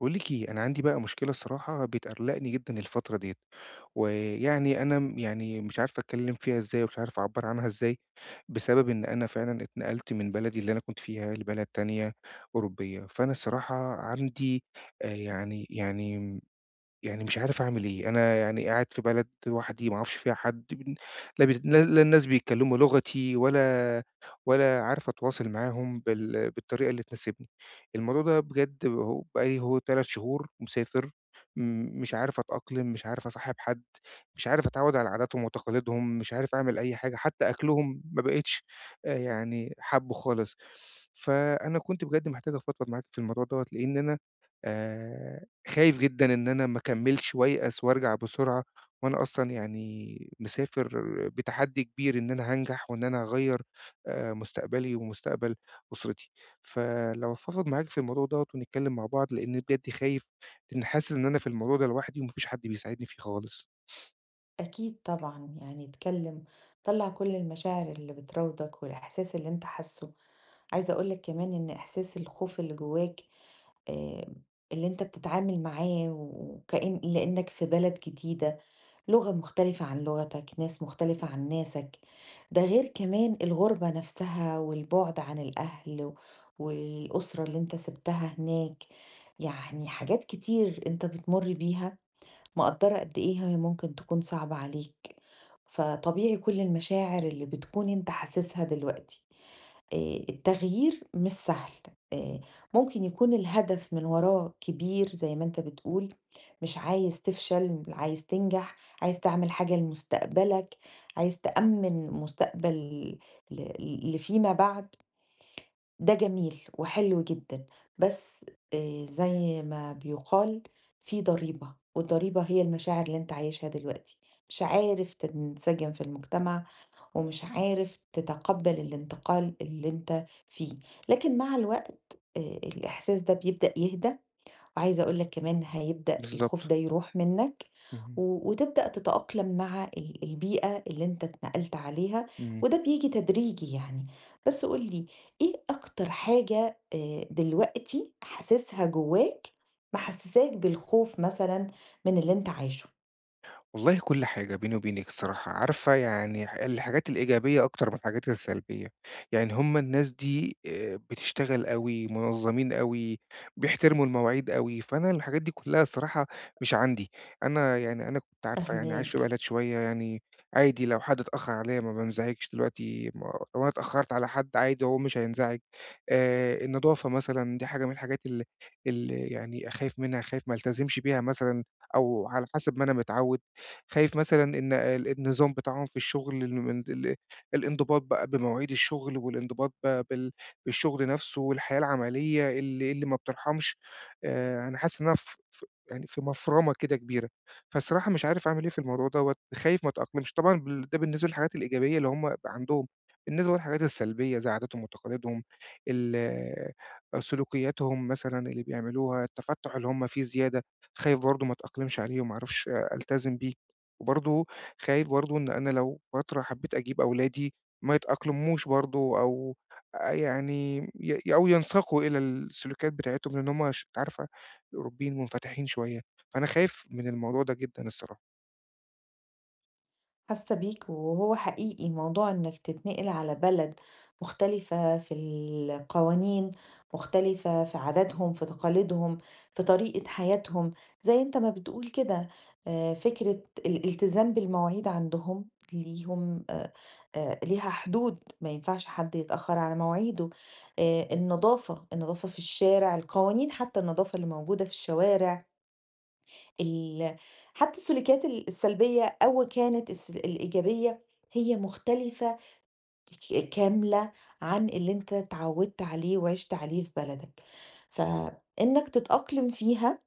باقول لِك إيه، أنا عندي بقى مشكلة الصراحة بتقلّقني جدًا الفترة ديّة، ويعني أنا يعني مش عارف أتكلّم فيها إزاي ومش عارف أعبّر عنها إزاي، بسبب إن أنا فعلًا اتنقلت من بلدي اللي أنا كنت فيها لبلد تانية أوروبية، فأنا الصراحة عندي آآ يعني يعني يعني مش عارف أعمل إيه، أنا يعني قاعد في بلد لوحدي ما أعرفش فيها حد بن لا بت لا لا الناس بيتكلّموا لغتي ولا عارف أتواصل معاهم بالطريقة اللي تناسبني. الموضوع ده بجد هو بقى لي أهو 3 شهور مسافر، م مش عارف أتأقلم، مش عارف أصاحب حد، مش عارف أتعوّد على عاداتهم وتقاليدهم، مش عارف أعمل أي حاجة، حتى أكلهم ما بقيتش حابّه خالص. فأنا كنت بجد محتاج أفضفض معاك في الموضوع دوّة، لإن أنا آآ خايف جدًا إن أنا ما أكمّلش وأيأس وأرجع بسرعة، وأنا أصلًا يعني مسافر بتحدّي كبير إن أنا هانجح وإن أنا هاغيّر مستقبلي ومستقبل أسرتي. فلو أفضفض معاك في الموضوع دوّة ونتكلّم مع بعض، لإنّي بجد خايف، لإنّي حاسس إن أنا في الموضوع ده لوحدي وما فيش حد بيساعدني فيه خالص. أكيد طبعًا، يعني اتكلّم، طلّع كل المشاعر اللي بتراودك والإحساس اللي أنت حاسّه. عايزة أقول لك كمان إن إحساس الخوف اللي جواك آآ، اللي أنت بتتعامل معاه وكأن لإنك في بلد جديدة، لغة مختلفة عن لغتك، ناس مختلفة عن ناسك. ده غير كمان الغربة نفسها والبُعد عن الأهل و والأسرة اللي أنت سِبتها هناك. يعني حاجات كتير أنت بتمُر بيها مقدرة قد إيه هي ممكن تكون صعبة عليك. فطبيعي كل المشاعر اللي بتكون انت حاسسها دلوقتي. التغيير مش سهل. آه، ممكن يكون الهدف من وراه كبير زي ما انت بتقول، مش عايز تفشل، عايز تنجح، عايز تعمل حاجة لمستقبلك، عايز تأمن مستقبل لفيما بعد. ده جميل وحلو جدًا، بس زي ما بيُقال في ضريبة، والضريبة هي المشاعر اللي أنت عايشها دلوقتي، مش عارف تنسجم في المجتمع، ومش عارف تتقبّل الانتقال اللي أنت فيه. لكن مع الوقت الإحساس ده بيبدأ يهدى، وعايزة أقول لك كمان هيبدأ الخوف بالضبط. ده يروح منك، اهم، وتبدأ تتأقلم مع البيئة اللي انت اتنقلت عليها، إمم. وده بيجي تدريجي يعني. بس قولي ايه اكتر حاجة دلوقتي حاسسها جواك محسساك بالخوف مثلا من اللي انت عايشه. والله كل حاجة بيني وبينِك الصراحة، عارفة يعني الحاجات الإيجابية أكتر من الحاجات السلبية، يعني هُم الناس دي بتشتغل أوي، منظمين أوي، بيحترموا المواعيد أوي، فأنا الحاجات دي كلها الصراحة مش عندي، أنا كنت عارفة يعني عايش في فهماك. بلد شوية يعني عادي لو حد اتأخر عليَّ ما بانزعجش دلوقتي، ما لو أنا اتأخرت على حد عادي هو مش هينزعج. النضافة مثلًا دي حاجة من الحاجات اللي يعني أخاف منها، خايف ما التزمش بيها مثلًا أو على حسب ما أنا متعود. خايف مثلًا إن النظام بتاعهم في الشغل، الم ال الانضباط بقى بمواعيد الشغل والانضباط ب بال بالشغل نفسه والحياة العملية اللي ما بترحمش. أنا حاسس إن أنا ف ف يعني في مفرمة كده كبيرة، فالصراحة مش عارف أعمل إيه في الموضوع دوّة، خايف ما أتأقلمش. طبعًا ده بالنسبة للحاجات الإيجابية اللي هُم عندهم. بالنسبة للحاجات السلبية زي عاداتهم وتقاليدهم، ال سلوكياتهم مثلًا اللي بيعملوها، التفتُّح اللي هُم فيه زيادة، خايف برضه ما أتأقلمش عليه وما أعرفش ألتزم بيه. وبرضه خايف برضه إن أنا لو فترة حبيت أجيب أولادي ما يتأقلموش برضه، أو يعني ي أو ينساقوا إلى السلوكيات بتاعتهم، لإن هم أنتِ عارفة الأوروبيين منفتحين شوية، فأنا خايف من الموضوع ده جدًا الصراحة. حاسة بيك، وهو حقيقي موضوع انك تتنقل على بلد مختلفة في القوانين، مختلفة في عاداتهم، في تقاليدهم، في طريقة حياتهم، زي انت ما بتقول كده. فكرة الالتزام بالمواعيد عندهم، ليهم ليها حدود، ما ينفعش حد يتأخر على مواعيده. النظافة، النظافة في الشارع، القوانين، حتى النظافة اللي موجودة في الشوارع، ال حتى السلوكيات السلبية أو كانت الإيجابية هي مختلفة كاملة عن اللي أنت اتعودت عليه وعِشت عليه في بلدك. فإنك تتأقلم فيها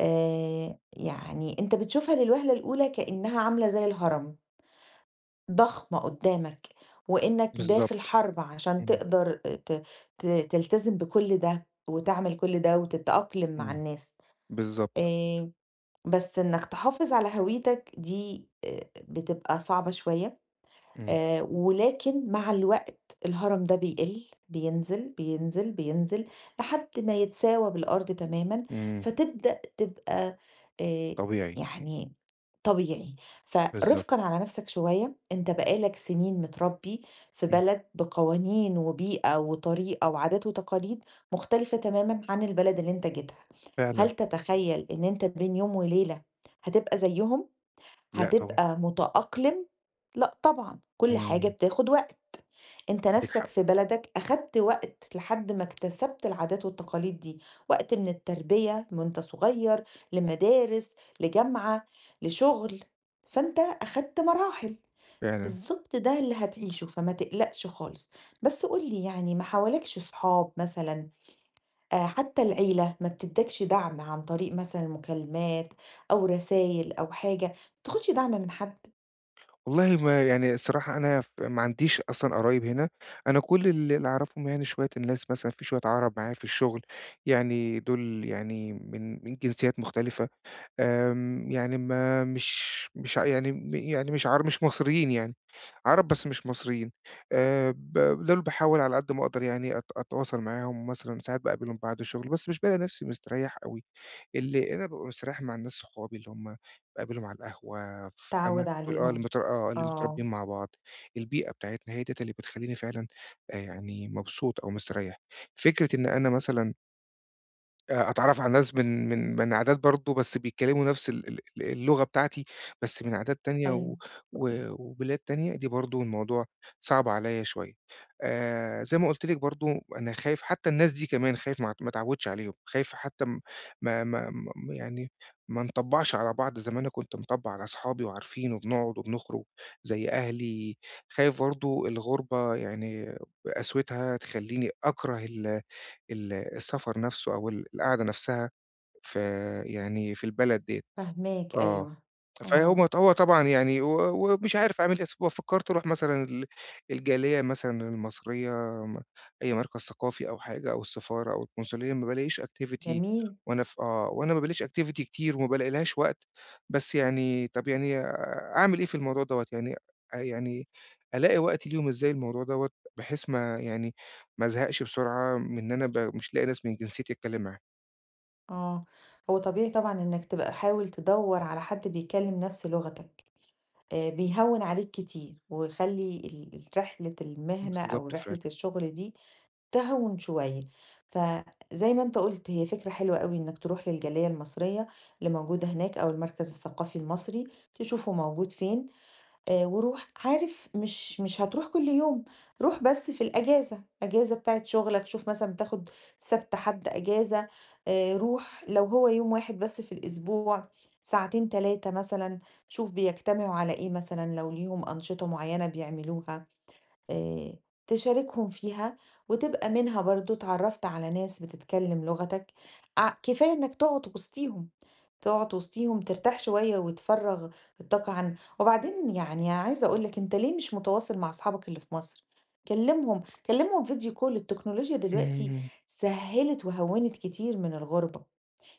يعني أنت بتشوفها للوهلة الأولى كإنها عاملة زي الهرم، ضخمة قدّامك، وإنك داخل بالضبط، حرب عشان إمم، تقدر ت ت تلتزم بكل ده وتعمل كل ده وتتأقلم مع إمم، الناس. بالضبط، آآ بس إنك تحافظ على هويتك دي بتبقى صعبة شوية. إمم، ولكن مع الوقت الهرم ده بيقِل، بينزل، بينزل، بينزل، لحد ما يتساوى بالأرض تمامًا. إمم، فتبدأ تبقى آآ طبيعي، يعني طبيعي. بالضبط، فرفقًا على نفْسك شوية، أنت بقى لك سنين متربّي في إمم، بلد بقوانين وبيئة وطريقة وعادات وتقاليد مختلفة تمامًا عن البلد اللي أنت جيتها. فعلًا، هل تتخيّل إن أنت بين يوم وليلة هتبقى زيّهم، لأ طبعًا، هتبقى متأقلم؟ لأ طبعًا، كل حاجة إمم، بتاخد وقت. أنت ليك نَفْسك حق، في بلدك أخدت وقت لحد ما اكتسبت العادات والتقاليد دي، وقت من التربية من وأنت صغير، لمدارس، لجامعة، لشغل، فأنت أخدت مراحل. فعلًا. بالضبط ده اللي هتعيشه، فما تقلقش خالص. بس قُل لي، يعني ما حواليكش صحاب مثلًا، حتى العيلة ما بتدّكش دعم عن طريق مثلًا مكالمات أو رسايل أو حاجة، ما بتاخدش دعم من حد، والله ما يعني الصراحة أنا ما عنديش أصلًا قرايب هنا، أنا كل اللي أعرفهم يعني شوية الناس، مثلًا في شوية عَرَب معايا في الشغل، يعني دول يعني من جنسيات مختلفة. آمم، يعني ما مش مش ع يعني م يعني مش عر مش مصريين يعني، عرب بس مش مصريين. ب دول باحاول على قد ما أقدر يعني أتواصل معاهم، مثلًا ساعات باقابلهم بعد الشغل، بس مش بالاقي نفسي مستريّح أوي. اللي أنا بابقى مستريّح مع الناس صحابي اللي هم باقابلهم على القهوة. فاهمة، تعوّد دول عليهم؟ اللي آه. متربيين مع بعض، البيئة بتاعتنا هي ديّة اللي بتخلّيني فعلًا يعني مبسوط أو مستريّح. فكرة إن أنا مثلًا أتعرّف على ناس من عادات برضه بس بيتكلّموا نفس اللغة بتاعتي، بس من عادات تانية و أيوه. و وبلاد تانية، دي برضه الموضوع صعب عليّا شوية. زي ما قُلت لِك برضه، أنا خايف حتّى الناس دي كمان، خايف ما أتعوّدش عليهم، خايف حتّى م ما ما م يعني ما نطبّعش على بعض زي ما أنا كنت مطبّع على أصحابي وعارفين وبنقعد وبنخرج زي أهلي. خايف برضه الغُربة يعني قسوتها تخلّيني أكره ال ال السفر نفسه أو القعدة نفسها في يعني في البلد ديّة. فاهماك، آه. أيوه. فهو آه. هو طبعًا يعني ومش عارف أعمل إيه، أصل هو فكّرت أروح مثلًا الجالية مثلًا المصرية، م أي مركز ثقافي أو حاجة أو السفارة أو القنصلية، ما بالاقيش activity جميل. وأنا في. آه، وأنا ما بالاقيش activity كتير وما بالاقي لهاش وقت، بس يعني طَب يعني أعمل إيه في الموضوع دوّة؟ يعني أ يعني ألاقي وقت ليهم إزاي الموضوع دوّة، بحيث ما يعني ما أزهقش بسرعة من إن أنا مش لاقي ناس من جنسيتي أتكلّم معاها؟ آه. هو طبيعي طبعًا إنك تبقى حاول تدوّر على حد بيتكلّم نَفْس لغتك، بيهوّن عليك كتير ويخلّي ال ال رحلة المهنة أو بالضبط رحلة فعلًا. الشغل دي تهوّن شوية. فزي ما أنت قُلت، هي فكرة حلوة أوي إنك تروح للجالية المصرية اللي موجودة هناك أو المركز الثقافي المصري، تشوفه موجود فين. وروح، عارف مش هتروح كل يوم، روح بس في الأجازة، أجازة بتاعة شغلك. شوف مثلًا بتاخد سَبت، حد أجازة، روح لو هو يوم واحد بس في الأسبوع، ساعتين 3 مثلًا. شوف بيجتمعوا على إيه مثلًا، لو ليهم أنشطة معيّنة بيعملوها، آآ تشاركهم فيها، وتبقى منها برضه اتعرّفت على ناس بتتكلم لغتك. ع كفاية إنك تقعد وسطيهم. تقعد وسطيهم ترتاح شوية وتفرّغ الطاقة عن. وبعدين يعني عايزة أقول لك، أنت ليه مش متواصل مع أصحابك اللي في مصر؟ كلّمهم، كلّمهم فيديو كول، التكنولوجيا دلوقتي إمم. سهّلت وهوّنت كتير من الغُربة،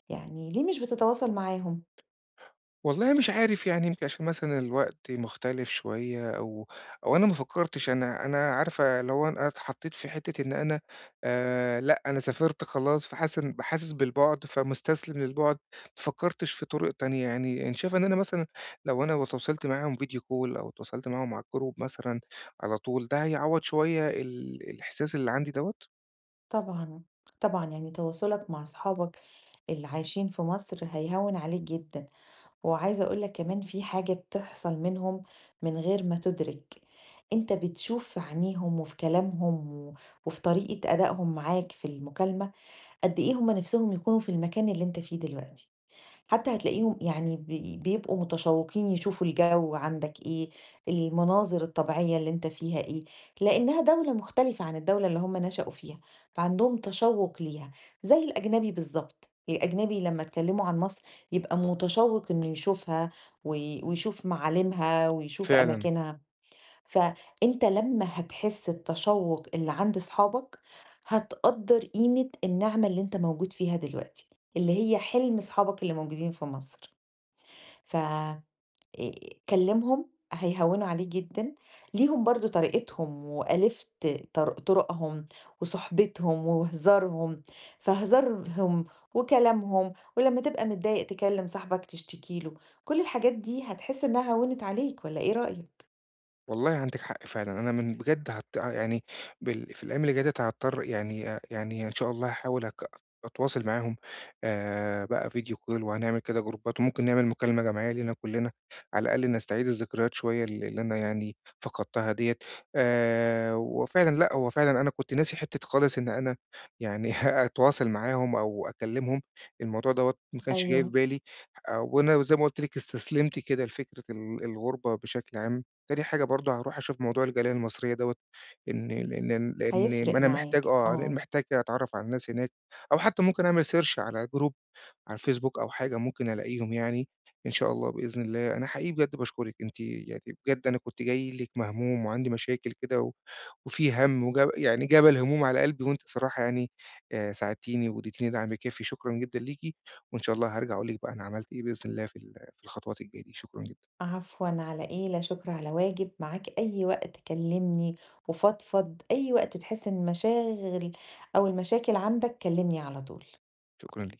يعني ليه مش بتتواصل معاهم؟ والله مش عارف، يعني يمكن عشان مثلًا الوقت مختلف شوية، أو أنا ما فكّرتش، أنا عارفة اللي هو أنا اتحطّيت في حتّة إن أنا لأ، أنا سافرت خلاص فحاسس، حاسس بالبُعد فمُستسلم للبُعد، ما فكّرتش في طُرق تانية. يعني أنت شايفة إن أنا مثلًا لو أنا واتواصلت معاهم video call أو اتواصلت معاهم على الgroup مثلًا على طول، ده هيعوّض شوية الإحساس اللي عندي دوّة؟ طبعًا، طبعًا، يعني تواصلك مع أصحابك اللي عايشين في مصر هيهوّن عليك جدًا. وعايزة أقول لك كمان، في حاجة بتحصل منهم من غير ما تدرك، أنت بتشوف في عينيهم وفي كلامهم وفي طريقة أدائهم معاك في المكالمة قد إيه هما نفسهم يكونوا في المكان اللي أنت فيه دلوقتي. حتى هتلاقيهم يعني بيبقوا متشوقين يشوفوا الجو عندك إيه، المناظر الطبيعية اللي أنت فيها إيه، لأنها دولة مختلفة عن الدولة اللي هم نشأوا فيها، فعندهم تشوق ليها، زي الأجنبي بالضبط. الأجنبي لما اتكلموا عن مصر يبقى متشوق إنه يشوفها ويشوف معالمها ويشوف فعلًا. أماكنها. فأنت لمّا هتحس التشوّق اللي عند صحابك، هتقدّر قيمة النعمة اللي أنت موجود فيها دلوقتي، اللي هي حلم صحابك اللي موجودين في مصر. ف كلّمهم، هيهوّنوا عليك جدًا، ليهم برضه طريقتهم وآليف ط طر طرقهم وصُحبتهم وهزارهم، فهزارهم وكلامهم، ولمّا تبقى متضايق تكلّم صاحبك تشتكي له. كل الحاجات دي هتحس إنها هوّنت عليك، والّا إيه رأيك؟ والله عندِك حق فعلًا، أنا من بجد آه، يعني في الأيام اللي جاية ديّة هاضطر يعني، يعني إن شاء الله هاحاول أتواصل معاهم بقى فيديو call، وهنعمل كده جروبات، وممكن نعمل مكالمة جماعية لينا كلنا، على الأقل نستعيد الذكريات شوية اللي أنا يعني فقدتها ديّة. وفعلًا لأ، هو فعلًا أنا كنت ناسي حتّة خالص إن أنا يعني أتواصل معاهم أو أكلمهم، الموضوع دوّة ما كانش جاي في أيوه. بالي. وأنا زي ما قُلت لِك استسلمت كده لفكرة الغُربة بشكل عام. تاني حاجة برضه هاروح أشوف موضوع الجالية المصرية دوّة، إن لإن لإن ما هيفرق أنا معاك، محتاج، آه، لإن آه. محتاج كده أتعرّف على الناس هناك، أو حتى ممكن أعمل search على جروب على الفيسبوك أو حاجة ممكن ألاقيهم يعني، إن شاء الله بإذن الله. أنا حقيقي بجد باشكرِك، أنتِ يعني بجد أنا كنت جاي لِك مهموم وعندي مشاكل كده وفي هَم يعني جبل هموم على قلبي، وأنتِ صراحة يعني ساعدتيني واديتيني دعم كافي، شكرًا جدًا ليكِ، وإن شاء الله هارجع أقول لِك بقى أنا عملت إيه بإذن الله في في الخطوات الجاية دي. شكرًا جدًا، عفوًا، على إيه، لا شكر على واجب، معاك أي وقت كلمني وفضفض، أي وقت تحس إن المشاغل أو المشاكل عندك كلمني على طول. شكرًا ليكِ.